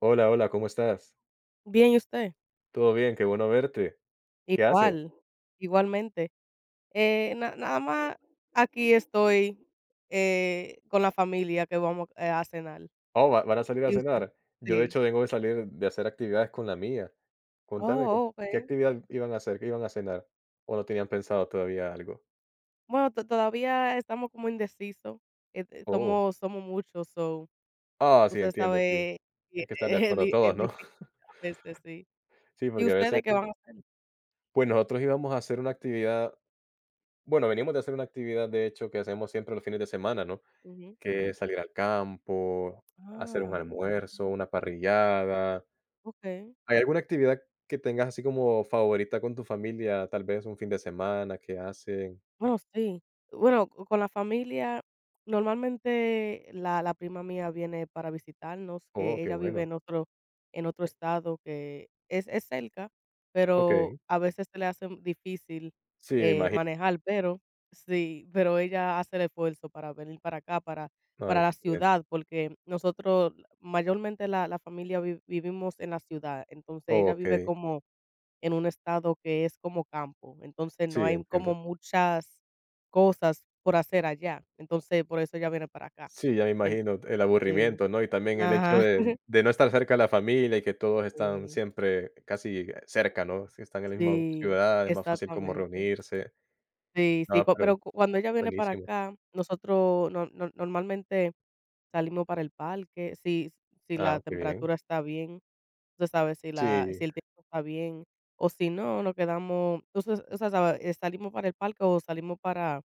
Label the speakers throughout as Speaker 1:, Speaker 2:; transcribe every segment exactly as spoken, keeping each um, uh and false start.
Speaker 1: Hola, hola, ¿cómo estás?
Speaker 2: Bien, ¿y usted?
Speaker 1: Todo bien, qué bueno verte. ¿Qué haces?
Speaker 2: Igual, igualmente. Eh, na nada más aquí estoy, eh, con la familia, que vamos, eh, a cenar.
Speaker 1: Oh, ¿va- ¿van a salir a
Speaker 2: ¿Y usted?
Speaker 1: cenar? Yo, de
Speaker 2: Sí.
Speaker 1: hecho, vengo de salir de hacer actividades con la mía. Contame, ¿cu-
Speaker 2: Oh,
Speaker 1: ¿qué
Speaker 2: okey. Y
Speaker 1: actividad iban a hacer? ¿Qué iban a cenar? ¿O no tenían pensado todavía algo?
Speaker 2: bueno, to todavía estamos como indecisos, eh, eh,
Speaker 1: Oh,
Speaker 2: somos somos muchos, so,
Speaker 1: ah, sí,
Speaker 2: usted
Speaker 1: entiendo, sí.
Speaker 2: sabe, y
Speaker 1: Hay que estar de
Speaker 2: es
Speaker 1: acuerdo
Speaker 2: di
Speaker 1: todos,
Speaker 2: es
Speaker 1: ¿no?
Speaker 2: difícil a veces, sí.
Speaker 1: Sí,
Speaker 2: ¿Y
Speaker 1: porque a veces,
Speaker 2: ustedes qué van a hacer?
Speaker 1: pues nosotros íbamos a hacer una actividad, bueno, venimos de hacer una actividad, de hecho, que hacemos siempre los fines de semana, ¿no?
Speaker 2: Ujú,
Speaker 1: Que es
Speaker 2: ujú.
Speaker 1: salir al campo, hacer un
Speaker 2: Ah,
Speaker 1: almuerzo,
Speaker 2: ujú,
Speaker 1: una parrillada.
Speaker 2: okey.
Speaker 1: ¿Hay alguna actividad que tengas así como favorita con tu familia? Tal vez un fin de semana que hacen.
Speaker 2: Bueno, sí. Bueno, co con la familia, normalmente la la prima mía viene para visitarnos,
Speaker 1: Oh,
Speaker 2: que
Speaker 1: qué
Speaker 2: ella vive
Speaker 1: bueno.
Speaker 2: en otro en otro
Speaker 1: Eh,
Speaker 2: estado, que es es cerca, pero
Speaker 1: okey.
Speaker 2: a veces se le hace difícil,
Speaker 1: Sí, me
Speaker 2: eh,
Speaker 1: imagino.
Speaker 2: manejar, pero sí, pero ella hace el esfuerzo para venir para acá, para
Speaker 1: Ah,
Speaker 2: para la
Speaker 1: excelente.
Speaker 2: ciudad, porque nosotros mayormente la la familia vi vivimos en la ciudad, entonces ella vive
Speaker 1: Okey.
Speaker 2: como en un estado que es como campo, entonces
Speaker 1: Sí,
Speaker 2: no hay
Speaker 1: entiendo.
Speaker 2: como muchas cosas por hacer allá, entonces por eso ella viene para acá.
Speaker 1: Sí, ya me
Speaker 2: En
Speaker 1: imagino el
Speaker 2: sí,
Speaker 1: aburrimiento, ¿no? Y también el hecho
Speaker 2: ajá,
Speaker 1: de de no estar cerca de la familia y que todos están
Speaker 2: sí,
Speaker 1: siempre casi cerca, ¿no? Si están en la misma
Speaker 2: sí,
Speaker 1: ciudad, es más fácil como
Speaker 2: exactamente.
Speaker 1: reunirse.
Speaker 2: Sí, sí,
Speaker 1: No,
Speaker 2: cua
Speaker 1: pero
Speaker 2: pero cu cuando ella viene para
Speaker 1: buenísimo.
Speaker 2: acá, nosotros no no normalmente salimos para el parque, si si la
Speaker 1: Ah, qué bien.
Speaker 2: temperatura está bien, tú sabe, si la si
Speaker 1: Sí,
Speaker 2: el tiempo está bien, o si no, nos quedamos, tú, o sea, sabe, eh, salimos para el parque o salimos para...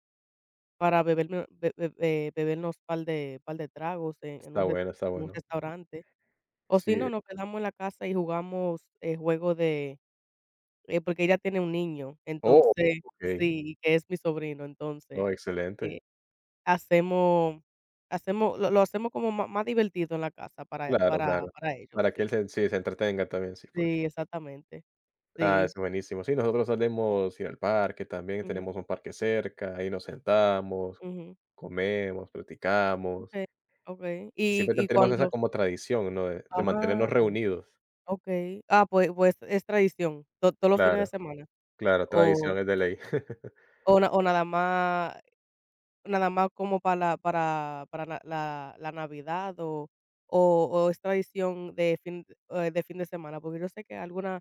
Speaker 2: Para beberme be be eh, bebernos par de par de tragos en en
Speaker 1: está
Speaker 2: un resta
Speaker 1: bueno, está
Speaker 2: en un
Speaker 1: bueno.
Speaker 2: restaurante. O si
Speaker 1: Sí.
Speaker 2: no, nos quedamos en la casa y jugamos, eh, juego de eh, porque ella tiene un niño,
Speaker 1: Oh,
Speaker 2: entonces,
Speaker 1: okey.
Speaker 2: sí, que es mi sobrino, entonces,
Speaker 1: Oh, excelente.
Speaker 2: eh, hacemos hacemos lo lo hacemos como má más divertido en la casa para
Speaker 1: Claro,
Speaker 2: para
Speaker 1: claro.
Speaker 2: para ellos,
Speaker 1: Para que
Speaker 2: sí.
Speaker 1: él se sí, se entretenga también, sí, porque
Speaker 2: Sí, exactamente.
Speaker 1: ah, es
Speaker 2: Sí.
Speaker 1: buenísimo. Sí, nosotros solemos ir al parque también,
Speaker 2: Ujú,
Speaker 1: tenemos un parque cerca, ahí nos sentamos,
Speaker 2: ujú.
Speaker 1: comemos, platicamos,
Speaker 2: Okay. Okay.
Speaker 1: y
Speaker 2: Y
Speaker 1: siempre
Speaker 2: y
Speaker 1: tenemos esa
Speaker 2: cuando...
Speaker 1: como tradición, ¿no?, de de mantenernos
Speaker 2: Ah,
Speaker 1: reunidos.
Speaker 2: okay. Ah, pues, pues es tradición, to todos los fines de
Speaker 1: Claro,
Speaker 2: semana.
Speaker 1: claro,
Speaker 2: O,
Speaker 1: tradición es de ley.
Speaker 2: o na o nada más, nada más como para la, para para la, la la Navidad. O, o, o es tradición de fin, eh, de fin de semana, porque yo sé que alguna,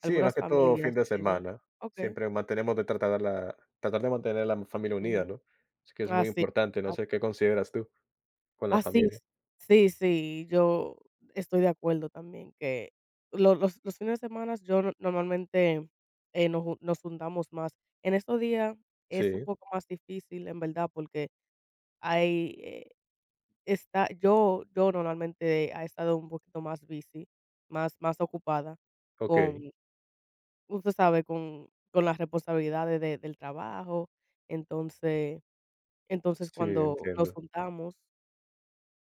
Speaker 1: Sí, más
Speaker 2: algunas
Speaker 1: que todo fin
Speaker 2: familias
Speaker 1: de
Speaker 2: ellos...
Speaker 1: semana.
Speaker 2: Okey,
Speaker 1: Siempre mantenemos de tratar la tratar de mantener la familia unida,
Speaker 2: ujú.
Speaker 1: ¿no? Así que es muy
Speaker 2: Así,
Speaker 1: importante, no
Speaker 2: a
Speaker 1: sé, ¿qué consideras tú con la
Speaker 2: así
Speaker 1: familia?
Speaker 2: es. Sí, sí, sí, yo estoy de acuerdo también que lo los los fines de semanas yo no normalmente, eh, nos ju nos juntamos más. En estos días es un
Speaker 1: Sí,
Speaker 2: poco más difícil, en verdad, porque hay, eh... Está... yo yo normalmente ha estado un poquito más busy, más más ocupada
Speaker 1: okey.
Speaker 2: con, usted sabe, con con las responsabilidades de del trabajo. Entonces, entonces
Speaker 1: Sí,
Speaker 2: cuando nos
Speaker 1: entiendo.
Speaker 2: juntamos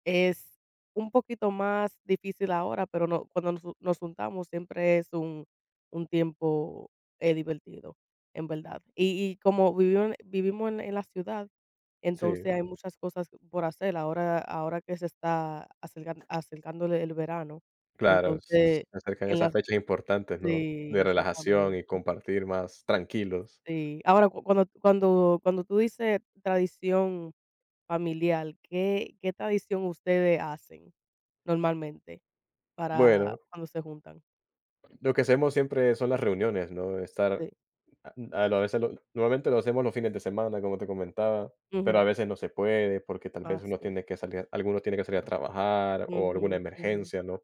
Speaker 2: es un poquito más difícil ahora, pero no, cuando nos ju- nos juntamos siempre es un un tiempo, eh, divertido, en verdad. Y y como vivió vivimos en en la ciudad,
Speaker 1: Sí.
Speaker 2: entonces, hay muchas cosas por hacer ahora, ahora que se está acercan acercándole el verano.
Speaker 1: Claro, s
Speaker 2: Entonces,
Speaker 1: se acercan
Speaker 2: en
Speaker 1: esas
Speaker 2: las...
Speaker 1: fechas importantes, ¿no?
Speaker 2: sí,
Speaker 1: De relajación
Speaker 2: exactamente,
Speaker 1: y compartir más tranquilos.
Speaker 2: sí. Ahora, cu cuando cuando cuando tú dices tradición familiar, ¿qué, qué tradición ustedes hacen normalmente para
Speaker 1: Bueno,
Speaker 2: cuando se juntan?
Speaker 1: lo que hacemos siempre son las reuniones, ¿no? Estar
Speaker 2: Sí.
Speaker 1: a a lo a veces lo normalmente lo hacemos los fines de semana, como te comentaba, pero a
Speaker 2: Ujú.
Speaker 1: veces no se puede porque tal
Speaker 2: Ah,
Speaker 1: vez uno
Speaker 2: sí.
Speaker 1: tiene que salir alguno tiene que salir a trabajar o alguna
Speaker 2: Ujú, ujú.
Speaker 1: emergencia, ¿no?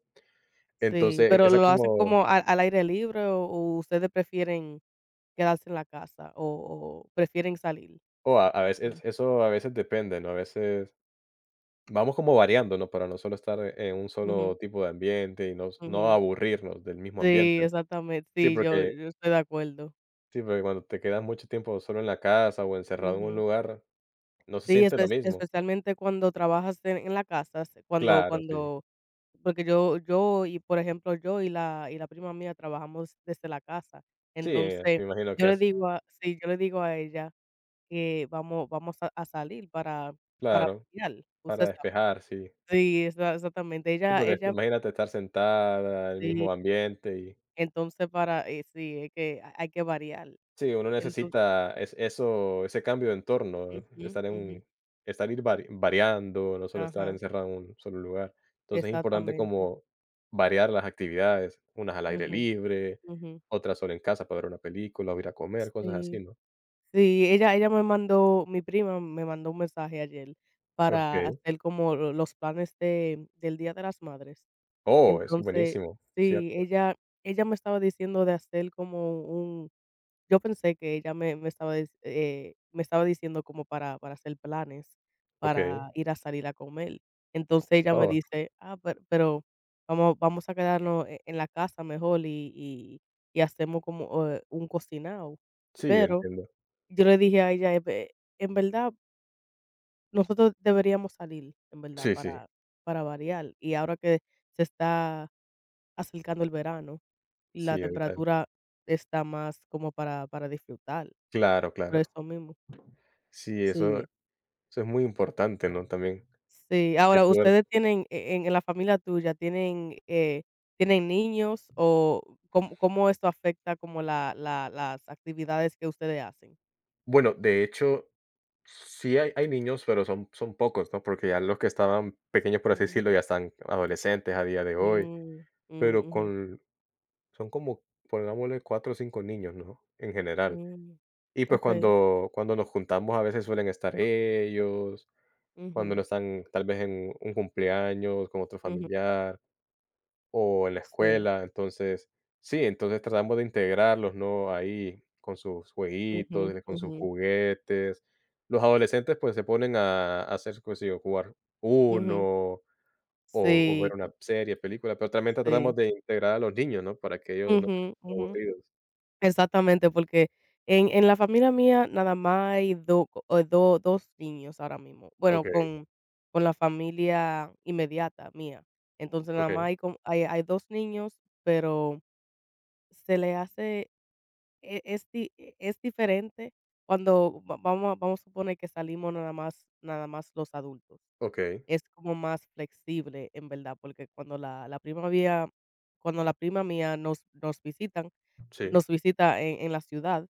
Speaker 2: Sí,
Speaker 1: Entonces,
Speaker 2: pero,
Speaker 1: esa
Speaker 2: ¿lo hacen
Speaker 1: como
Speaker 2: como al al aire libre, o o ustedes prefieren quedarse en la casa, o o prefieren salir?
Speaker 1: o a a veces eso a veces depende, ¿no? A veces vamos como variando, ¿no? Para no solo estar en un
Speaker 2: Ujú,
Speaker 1: solo tipo de ambiente y no no
Speaker 2: ujú.
Speaker 1: aburrirnos del mismo
Speaker 2: Sí,
Speaker 1: ambiente.
Speaker 2: exactamente.
Speaker 1: Sí,
Speaker 2: Sí, yo
Speaker 1: porque
Speaker 2: yo estoy de acuerdo.
Speaker 1: sí, porque cuando te quedas mucho tiempo solo en la casa o encerrado en un
Speaker 2: Ujú.
Speaker 1: lugar, no se
Speaker 2: Sí,
Speaker 1: siente lo
Speaker 2: espe
Speaker 1: mismo.
Speaker 2: especialmente cuando trabajas en en la casa, se... cuando,
Speaker 1: Claro, sí.
Speaker 2: cuando... porque yo, yo y, por ejemplo, yo y la, y la prima mía trabajamos desde la casa.
Speaker 1: Sí, eh,
Speaker 2: Entonces,
Speaker 1: me imagino
Speaker 2: yo
Speaker 1: que
Speaker 2: le
Speaker 1: es
Speaker 2: digo a... sí, yo le digo a ella que vamos vamos a a salir para para
Speaker 1: claro,
Speaker 2: pasear,
Speaker 1: para
Speaker 2: usted sabe.
Speaker 1: despejar, sí.
Speaker 2: Sí, exa exactamente.
Speaker 1: Sí,
Speaker 2: Ella,
Speaker 1: porque
Speaker 2: ella
Speaker 1: imagínate estar sentada, el
Speaker 2: sí,
Speaker 1: mismo ambiente y
Speaker 2: entonces para... eh, sí, es que hay, hay que variar.
Speaker 1: sí, uno
Speaker 2: Entonces...
Speaker 1: necesita es eso, ese cambio de entorno, ¿eh?
Speaker 2: Ujú,
Speaker 1: Estar en
Speaker 2: ujú.
Speaker 1: un estar ir vari variando, no solo estar
Speaker 2: Ajá.
Speaker 1: encerrado en un solo lugar. Entonces, es importante
Speaker 2: Exactamente.
Speaker 1: como variar las actividades, unas al aire
Speaker 2: Ujú,
Speaker 1: libre,
Speaker 2: ujú.
Speaker 1: otras solo en casa para ver una película o ir a comer, cosas así,
Speaker 2: Sí,
Speaker 1: ¿no?
Speaker 2: sí, ella ella me mandó mi prima me mandó un mensaje ayer para
Speaker 1: Okey.
Speaker 2: hacer como lo los planes de del Día de las Madres.
Speaker 1: Oh, es
Speaker 2: Entonces,
Speaker 1: buenísimo,
Speaker 2: sí,
Speaker 1: cierto.
Speaker 2: ella, ella me estaba diciendo de hacer como un... Yo pensé que ella me me estaba dic eh, me estaba diciendo como para, para hacer planes,
Speaker 1: Okey.
Speaker 2: para ir a salir a comer. Entonces ella me
Speaker 1: Oh,
Speaker 2: dice: "Ah, per, pero vamos vamos a quedarnos e en la casa mejor, y y y hacemos como, eh, un cocinado".
Speaker 1: sí,
Speaker 2: Pero
Speaker 1: entiendo.
Speaker 2: yo le dije a ella: "Eh, ve, en verdad, nosotros deberíamos salir, en verdad,
Speaker 1: Sí, sí,
Speaker 2: para para variar". Y ahora que se está acercando el verano, la
Speaker 1: sí, evitar.
Speaker 2: temperatura está más como para, para disfrutar,
Speaker 1: Claro,
Speaker 2: por
Speaker 1: claro.
Speaker 2: eso mismo.
Speaker 1: Sí, eso
Speaker 2: Sí,
Speaker 1: eso es muy importante, ¿no? También
Speaker 2: sí.
Speaker 1: el
Speaker 2: Ahora,
Speaker 1: poder
Speaker 2: ¿ustedes tienen e en en la familia tuya tienen, eh, tienen niños, o cómo, cómo esto afecta como la la las actividades que ustedes hacen?
Speaker 1: bueno, de hecho, sí hay hay niños, pero son son pocos, ¿no? Porque ya los que estaban pequeños, por así decirlo,
Speaker 2: Ujú,
Speaker 1: ya están adolescentes a día de hoy,
Speaker 2: mm, mm,
Speaker 1: pero
Speaker 2: ujú,
Speaker 1: con son como, pongámosle cuatro o cinco niños, ¿no? En general.
Speaker 2: mm,
Speaker 1: Y, pues,
Speaker 2: okey,
Speaker 1: cuando cuando nos juntamos, a veces suelen estar ellos. Cuando
Speaker 2: ujú,
Speaker 1: no están tal vez en un cumpleaños con otro
Speaker 2: ujú,
Speaker 1: familiar o en la
Speaker 2: sí,
Speaker 1: escuela. Entonces, sí, entonces tratamos de integrarlos, ¿no? Ahí con sus
Speaker 2: ujú,
Speaker 1: jueguitos, con sus
Speaker 2: ujú,
Speaker 1: juguetes. Los adolescentes, pues, se ponen a a hacer, qué sé yo, jugar
Speaker 2: ujú,
Speaker 1: Uno o o ver
Speaker 2: sí,
Speaker 1: una serie, película, pero también tratamos
Speaker 2: sí,
Speaker 1: de integrar a los niños, ¿no? Para que ellos no
Speaker 2: ujú,
Speaker 1: estén
Speaker 2: ujú.
Speaker 1: aburridos.
Speaker 2: Exactamente, porque en en la familia mía nada más hay do o do dos niños ahora mismo. Bueno,
Speaker 1: Okey,
Speaker 2: con con la familia inmediata mía. Entonces, nada
Speaker 1: okey,
Speaker 2: más hay como, hay, hay dos niños, pero se le hace... e es di e- es diferente cuando va vamos a vamos a suponer que salimos nada más, nada más los adultos.
Speaker 1: okey.
Speaker 2: Es como más flexible, en verdad, porque cuando la la prima mía cuando la prima mía nos nos visitan,
Speaker 1: Sí,
Speaker 2: nos visita en en la ciudad,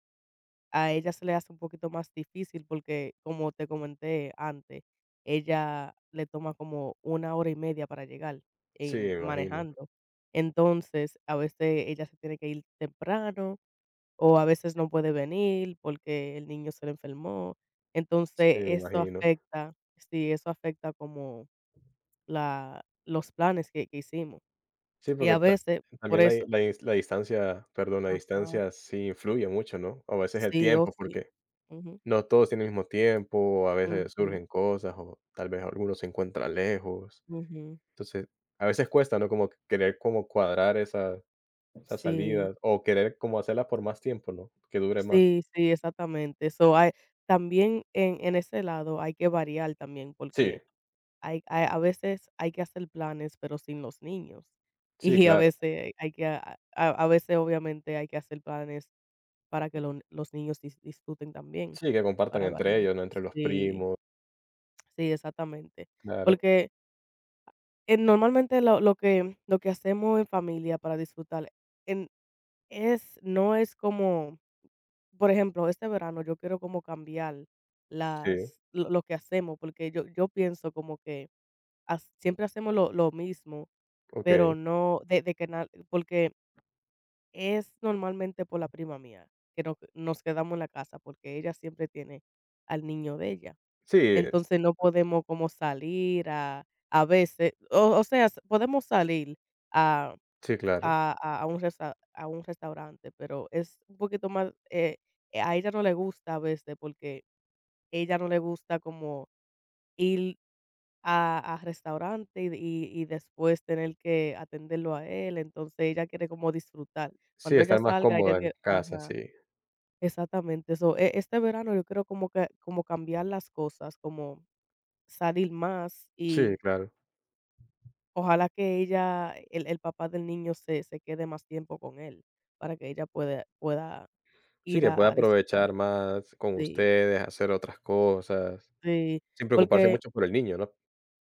Speaker 2: a ella se le hace un poquito más difícil porque, como te comenté antes, ella le toma como una hora y media para llegar
Speaker 1: sí, me
Speaker 2: en
Speaker 1: imagino,
Speaker 2: manejando. Entonces, a veces ella se tiene que ir temprano, o a veces no puede venir porque el niño se le enfermó.
Speaker 1: sí,
Speaker 2: Entonces,
Speaker 1: me
Speaker 2: eso
Speaker 1: imagino.
Speaker 2: afecta, sí, eso afecta como la, los planes que, que hicimos.
Speaker 1: Sí,
Speaker 2: Y
Speaker 1: porque
Speaker 2: a
Speaker 1: ta
Speaker 2: veces, por
Speaker 1: también la di
Speaker 2: eso,
Speaker 1: la dis la distancia, perdón, la
Speaker 2: ajá,
Speaker 1: distancia sí influye mucho, ¿no? A veces el
Speaker 2: sí o
Speaker 1: tiempo,
Speaker 2: sí.
Speaker 1: porque
Speaker 2: Ujú,
Speaker 1: no todos tienen el mismo tiempo, a veces
Speaker 2: ujú,
Speaker 1: surgen cosas, o tal vez algunos se encuentran lejos.
Speaker 2: ujú.
Speaker 1: Entonces, a veces cuesta, ¿no? Como que querer como cuadrar esa esa
Speaker 2: Sí.
Speaker 1: salida o querer como hacerlas por más tiempo, ¿no? Que dure más.
Speaker 2: Sí, sí, exactamente. So, hay también en en ese lado hay que variar también,
Speaker 1: Sí,
Speaker 2: porque hay, hay a veces hay que hacer planes, pero sin los niños.
Speaker 1: sí,
Speaker 2: Y a
Speaker 1: claro.
Speaker 2: veces hay que... a a a veces, obviamente, hay que hacer planes para que lo los niños dis disfruten también,
Speaker 1: Sí, que compartan
Speaker 2: para
Speaker 1: entre
Speaker 2: variar.
Speaker 1: ellos, ¿no? Entre los
Speaker 2: Sí,
Speaker 1: primos,
Speaker 2: sí, exactamente.
Speaker 1: claro.
Speaker 2: Porque, eh, normalmente lo lo que, lo que hacemos en familia para disfrutar en... es no es como... por ejemplo, este verano yo quiero como cambiar
Speaker 1: Sí,
Speaker 2: las, lo, lo que hacemos, porque yo, yo pienso como que has- siempre hacemos lo, lo mismo,
Speaker 1: okey.
Speaker 2: pero no de, de que na- porque es normalmente por la prima mía que nos, nos quedamos en la casa, porque ella siempre tiene al niño de ella.
Speaker 1: Sí, es-
Speaker 2: Entonces no podemos como salir a, a veces, o, o sea, s- podemos salir
Speaker 1: sí, claro.
Speaker 2: a a a un resta a un restaurante, pero es un poquito más, eh, eh, a ella no le gusta a veces, porque ella no le gusta como ir a a restaurante, y y y después tener que atenderlo a él, entonces ella quiere como disfrutar.
Speaker 1: Sí,
Speaker 2: Cuando ella
Speaker 1: estar más
Speaker 2: salga, ella
Speaker 1: cómoda en
Speaker 2: que...
Speaker 1: casa,
Speaker 2: ajá,
Speaker 1: sí.
Speaker 2: exactamente eso. E este verano yo quiero como que, como cambiar las cosas, como salir más,
Speaker 1: Sí,
Speaker 2: y
Speaker 1: claro.
Speaker 2: ojalá que ella, el el papá del niño, se se quede más tiempo con él, para que ella pueda pueda
Speaker 1: Sí,
Speaker 2: ir
Speaker 1: que pueda
Speaker 2: a a disfrutar.
Speaker 1: aprovechar más con
Speaker 2: Sí,
Speaker 1: ustedes, hacer otras cosas,
Speaker 2: sí,
Speaker 1: sin preocuparse
Speaker 2: porque
Speaker 1: mucho por el niño, ¿no?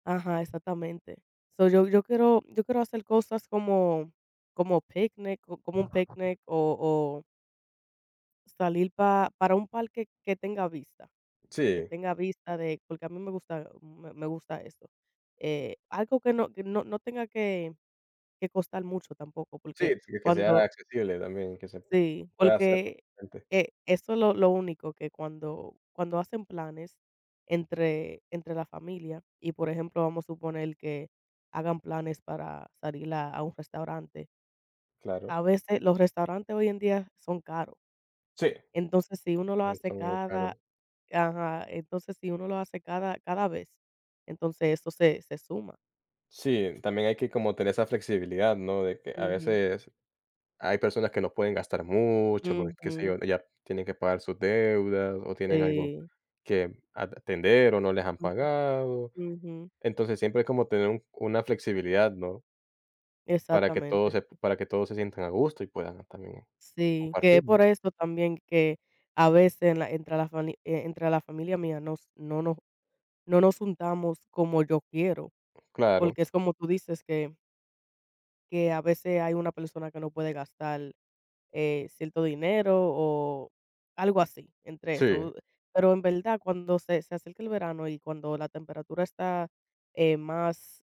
Speaker 2: ajá, exactamente. So, yo yo quiero yo quiero hacer cosas como, como picnic, co como un picnic, o o salir pa para un parque que tenga vista, que
Speaker 1: Sí,
Speaker 2: tenga vista de... porque a mí me gusta, me me gusta esto. Eh, algo que no, que no, no tenga que, que costar mucho tampoco, porque
Speaker 1: sí, que que sea
Speaker 2: cuando...
Speaker 1: accesible también, que se
Speaker 2: Sí,
Speaker 1: pueda hacer
Speaker 2: porque,
Speaker 1: fácilmente,
Speaker 2: eh, eso es lo lo único, que cuando, cuando hacen planes entre, entre la familia y, por ejemplo, vamos a suponer que hagan planes para salir a a un restaurante.
Speaker 1: claro.
Speaker 2: A veces los restaurantes hoy en día son caros.
Speaker 1: Sí,
Speaker 2: Entonces, si uno lo
Speaker 1: no
Speaker 2: hace
Speaker 1: son algo
Speaker 2: cada...
Speaker 1: caro.
Speaker 2: ajá, entonces, si uno lo hace cada, cada vez, entonces eso se, se suma.
Speaker 1: Sí, también hay que como tener esa flexibilidad, ¿no? De que a
Speaker 2: Ujú,
Speaker 1: veces hay personas que no pueden gastar mucho, porque, qué sé yo,
Speaker 2: ujú,
Speaker 1: ya tienen que pagar sus deudas o tienen algo
Speaker 2: sí,
Speaker 1: que atender o no les han
Speaker 2: ujú,
Speaker 1: pagado.
Speaker 2: ujú,
Speaker 1: Entonces, siempre es como tener un una flexibilidad, ¿no? Para que todos
Speaker 2: exactamente.
Speaker 1: se
Speaker 2: Sí.
Speaker 1: para que todos se sientan a gusto y puedan también
Speaker 2: Sí, que
Speaker 1: compartir,
Speaker 2: es
Speaker 1: ¿no?
Speaker 2: por eso también que a veces en la, entre la fami eh, entre la familia mía nos no nos no nos juntamos como yo quiero,
Speaker 1: Claro.
Speaker 2: porque es como tú dices, que que a veces hay una persona que no puede gastar, eh, cierto dinero o algo así, entre
Speaker 1: Sí,
Speaker 2: eso. Pero en verdad, cuando se, se acerca el verano, y cuando la temperatura está, eh, más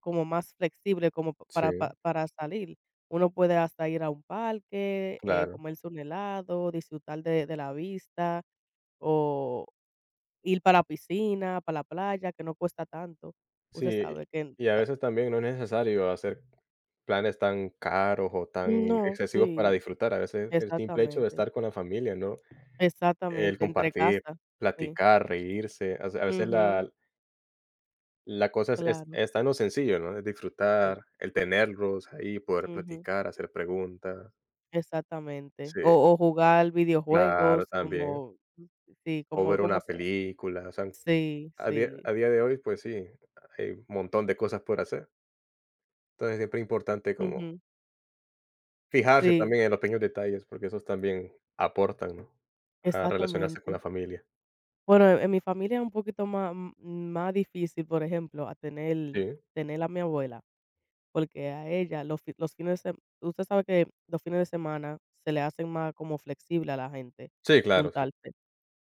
Speaker 2: como más flexible, como p
Speaker 1: sí,
Speaker 2: para pa para salir. Uno puede hasta ir a un parque, eh,
Speaker 1: claro.
Speaker 2: comerse un helado, disfrutar de de la vista, o ir para la piscina, para la playa, que no cuesta tanto. Usted
Speaker 1: Sí,
Speaker 2: sabe que
Speaker 1: y a
Speaker 2: ta
Speaker 1: veces también no es necesario hacer planes tan caros o tan
Speaker 2: no,
Speaker 1: excesivos para
Speaker 2: sí,
Speaker 1: disfrutar. A veces el simple hecho de
Speaker 2: exactamente,
Speaker 1: estar con la familia, ¿no? El
Speaker 2: exactamente, entre
Speaker 1: compartir,
Speaker 2: casa, sí,
Speaker 1: platicar, reírse. A a veces
Speaker 2: ujú,
Speaker 1: la la cosa es es
Speaker 2: claro,
Speaker 1: está en lo sencillo, ¿no? Es
Speaker 2: sí,
Speaker 1: disfrutar, el tenerlos ahí, poder
Speaker 2: ujú,
Speaker 1: platicar, hacer preguntas.
Speaker 2: exactamente.
Speaker 1: Sí,
Speaker 2: O, o jugar
Speaker 1: claro,
Speaker 2: videojuegos
Speaker 1: también.
Speaker 2: como... sí,
Speaker 1: O
Speaker 2: como,
Speaker 1: ver una
Speaker 2: como sea.
Speaker 1: película, o sea,
Speaker 2: Sí,
Speaker 1: a día
Speaker 2: sí,
Speaker 1: a día de hoy, pues sí, hay un montón de cosas por hacer. Entonces, siempre es importante como
Speaker 2: ujú.
Speaker 1: fijarse
Speaker 2: Sí,
Speaker 1: también en los pequeños detalles, porque esos también aportan, ¿no? A relacionarse con la
Speaker 2: exactamente.
Speaker 1: familia.
Speaker 2: Bueno, en en mi familia es un poquito más, m- más difícil, por ejemplo, a tener,
Speaker 1: Sí,
Speaker 2: tener a mi abuela, porque a ella los, fi- los fines de semana, usted sabe que los fines de semana se le hacen más como flexible a la gente
Speaker 1: sí, claro, sí.
Speaker 2: juntarse.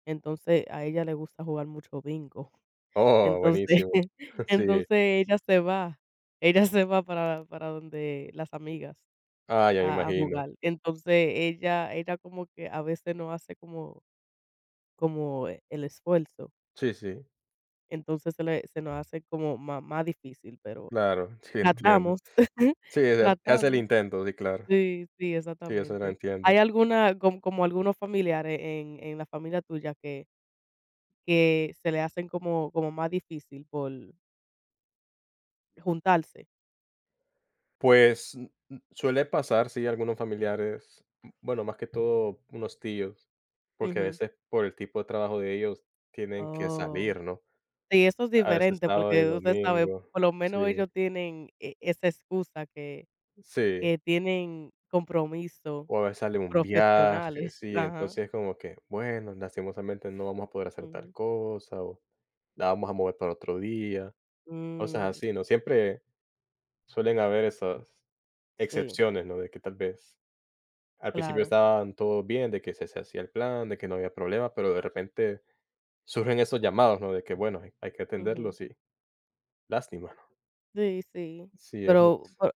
Speaker 2: Entonces a ella le gusta jugar mucho bingo.
Speaker 1: Oh,
Speaker 2: Entonces,
Speaker 1: buenísimo. Sí.
Speaker 2: entonces ella se va, ella se va para, para donde las amigas
Speaker 1: Ah, ya me
Speaker 2: a, a
Speaker 1: imagino.
Speaker 2: jugar. Entonces ella, ella como que a veces no hace como, como e el esfuerzo.
Speaker 1: Sí, sí,
Speaker 2: Entonces se le, se nos hace como má más difícil, pero
Speaker 1: claro, sí, entiendo.
Speaker 2: tratamos,
Speaker 1: Sí, se hace se hace el
Speaker 2: tratamos.
Speaker 1: intento, sí, claro.
Speaker 2: Sí, sí,
Speaker 1: Sí, eso lo
Speaker 2: exactamente. ¿Hay
Speaker 1: entiendo.
Speaker 2: alguna como, como algunos familiares en en la familia tuya que, que se le hacen como, como más difícil por juntarse?
Speaker 1: Pues, mm, mm, suele pasar, sí, algunos familiares, bueno, más que todo unos tíos. Porque a
Speaker 2: Ujú.
Speaker 1: veces, por el tipo de trabajo de ellos, tienen que
Speaker 2: Oh,
Speaker 1: salir, ¿no?
Speaker 2: sí, eso es
Speaker 1: A veces
Speaker 2: diferente,
Speaker 1: sábado y
Speaker 2: porque usted sabe,
Speaker 1: domingo.
Speaker 2: por lo menos
Speaker 1: Sí,
Speaker 2: ellos tienen e esa excusa, que
Speaker 1: sí.
Speaker 2: que tienen compromisos
Speaker 1: O a veces sale un viaje,
Speaker 2: profesionales.
Speaker 1: sí.
Speaker 2: Ajá,
Speaker 1: Entonces, como que, bueno, lastimosamente no vamos a poder hacer tal
Speaker 2: ujú.
Speaker 1: cosa, o la vamos a mover para otro día. Cosas
Speaker 2: Mm,
Speaker 1: así, ¿no? Siempre suelen haber esas
Speaker 2: sí,
Speaker 1: excepciones, ¿no? De que tal vez al principio
Speaker 2: claro.
Speaker 1: estaban todos bien, de que se, se hacía el plan, de que no había problema, pero de repente surgen esos llamados, ¿no? De que, bueno, hay, hay que
Speaker 2: Ujú.
Speaker 1: atenderlos y lástima, ¿no?
Speaker 2: Sí, sí.
Speaker 1: Sí, es
Speaker 2: Pero, pero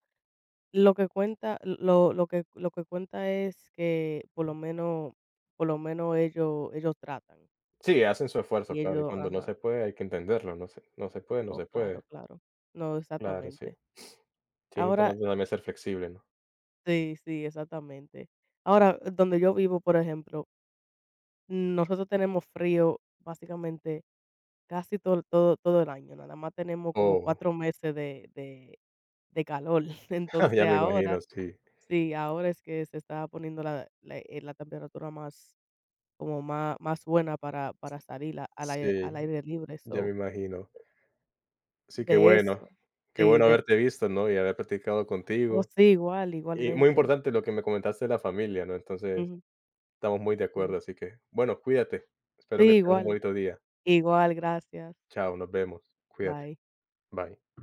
Speaker 2: lo que cuenta, lo, lo que, lo que cuenta es que, por lo menos, por lo menos ellos, ellos tratan.
Speaker 1: Sí, hacen su esfuerzo,
Speaker 2: Y
Speaker 1: claro, y
Speaker 2: ellos,
Speaker 1: cuando no
Speaker 2: ajá.
Speaker 1: se puede hay que entenderlo, no se no se puede, no
Speaker 2: Oh,
Speaker 1: se puede.
Speaker 2: claro, claro. No,
Speaker 1: Claro, sí.
Speaker 2: exactamente.
Speaker 1: Sí, es
Speaker 2: Ahora,
Speaker 1: importante también ser flexible, ¿no?
Speaker 2: sí, sí, exactamente. Ahora, donde yo vivo, por ejemplo, nosotros tenemos frío básicamente casi todo, todo, todo el año. Nada más tenemos como
Speaker 1: Oh,
Speaker 2: cuatro meses de, de, de calor.
Speaker 1: ya
Speaker 2: Entonces
Speaker 1: me
Speaker 2: ahora...
Speaker 1: imagino, sí.
Speaker 2: Sí, ahora es que se está poniendo la, la, eh, la temperatura más, como más, más buena para, para salir a- al aire,
Speaker 1: Sí,
Speaker 2: al aire libre.
Speaker 1: ya me
Speaker 2: So,
Speaker 1: imagino. Sí, que
Speaker 2: de
Speaker 1: bueno.
Speaker 2: eso,
Speaker 1: Qué
Speaker 2: sí,
Speaker 1: bueno
Speaker 2: de,
Speaker 1: haberte visto, ¿no? Y haber platicado
Speaker 2: oh,
Speaker 1: contigo.
Speaker 2: sí, igual,
Speaker 1: Y muy
Speaker 2: igualmente.
Speaker 1: importante lo que me comentaste de la familia, ¿no? Entonces,
Speaker 2: Ujú.
Speaker 1: estamos muy de
Speaker 2: Sí,
Speaker 1: acuerdo, así que, bueno, cuídate.
Speaker 2: sí,
Speaker 1: Espero que tengas un
Speaker 2: igual,
Speaker 1: bonito día.
Speaker 2: igual, gracias.
Speaker 1: Chao, nos vemos. Cuídate.
Speaker 2: Bye.
Speaker 1: Bye.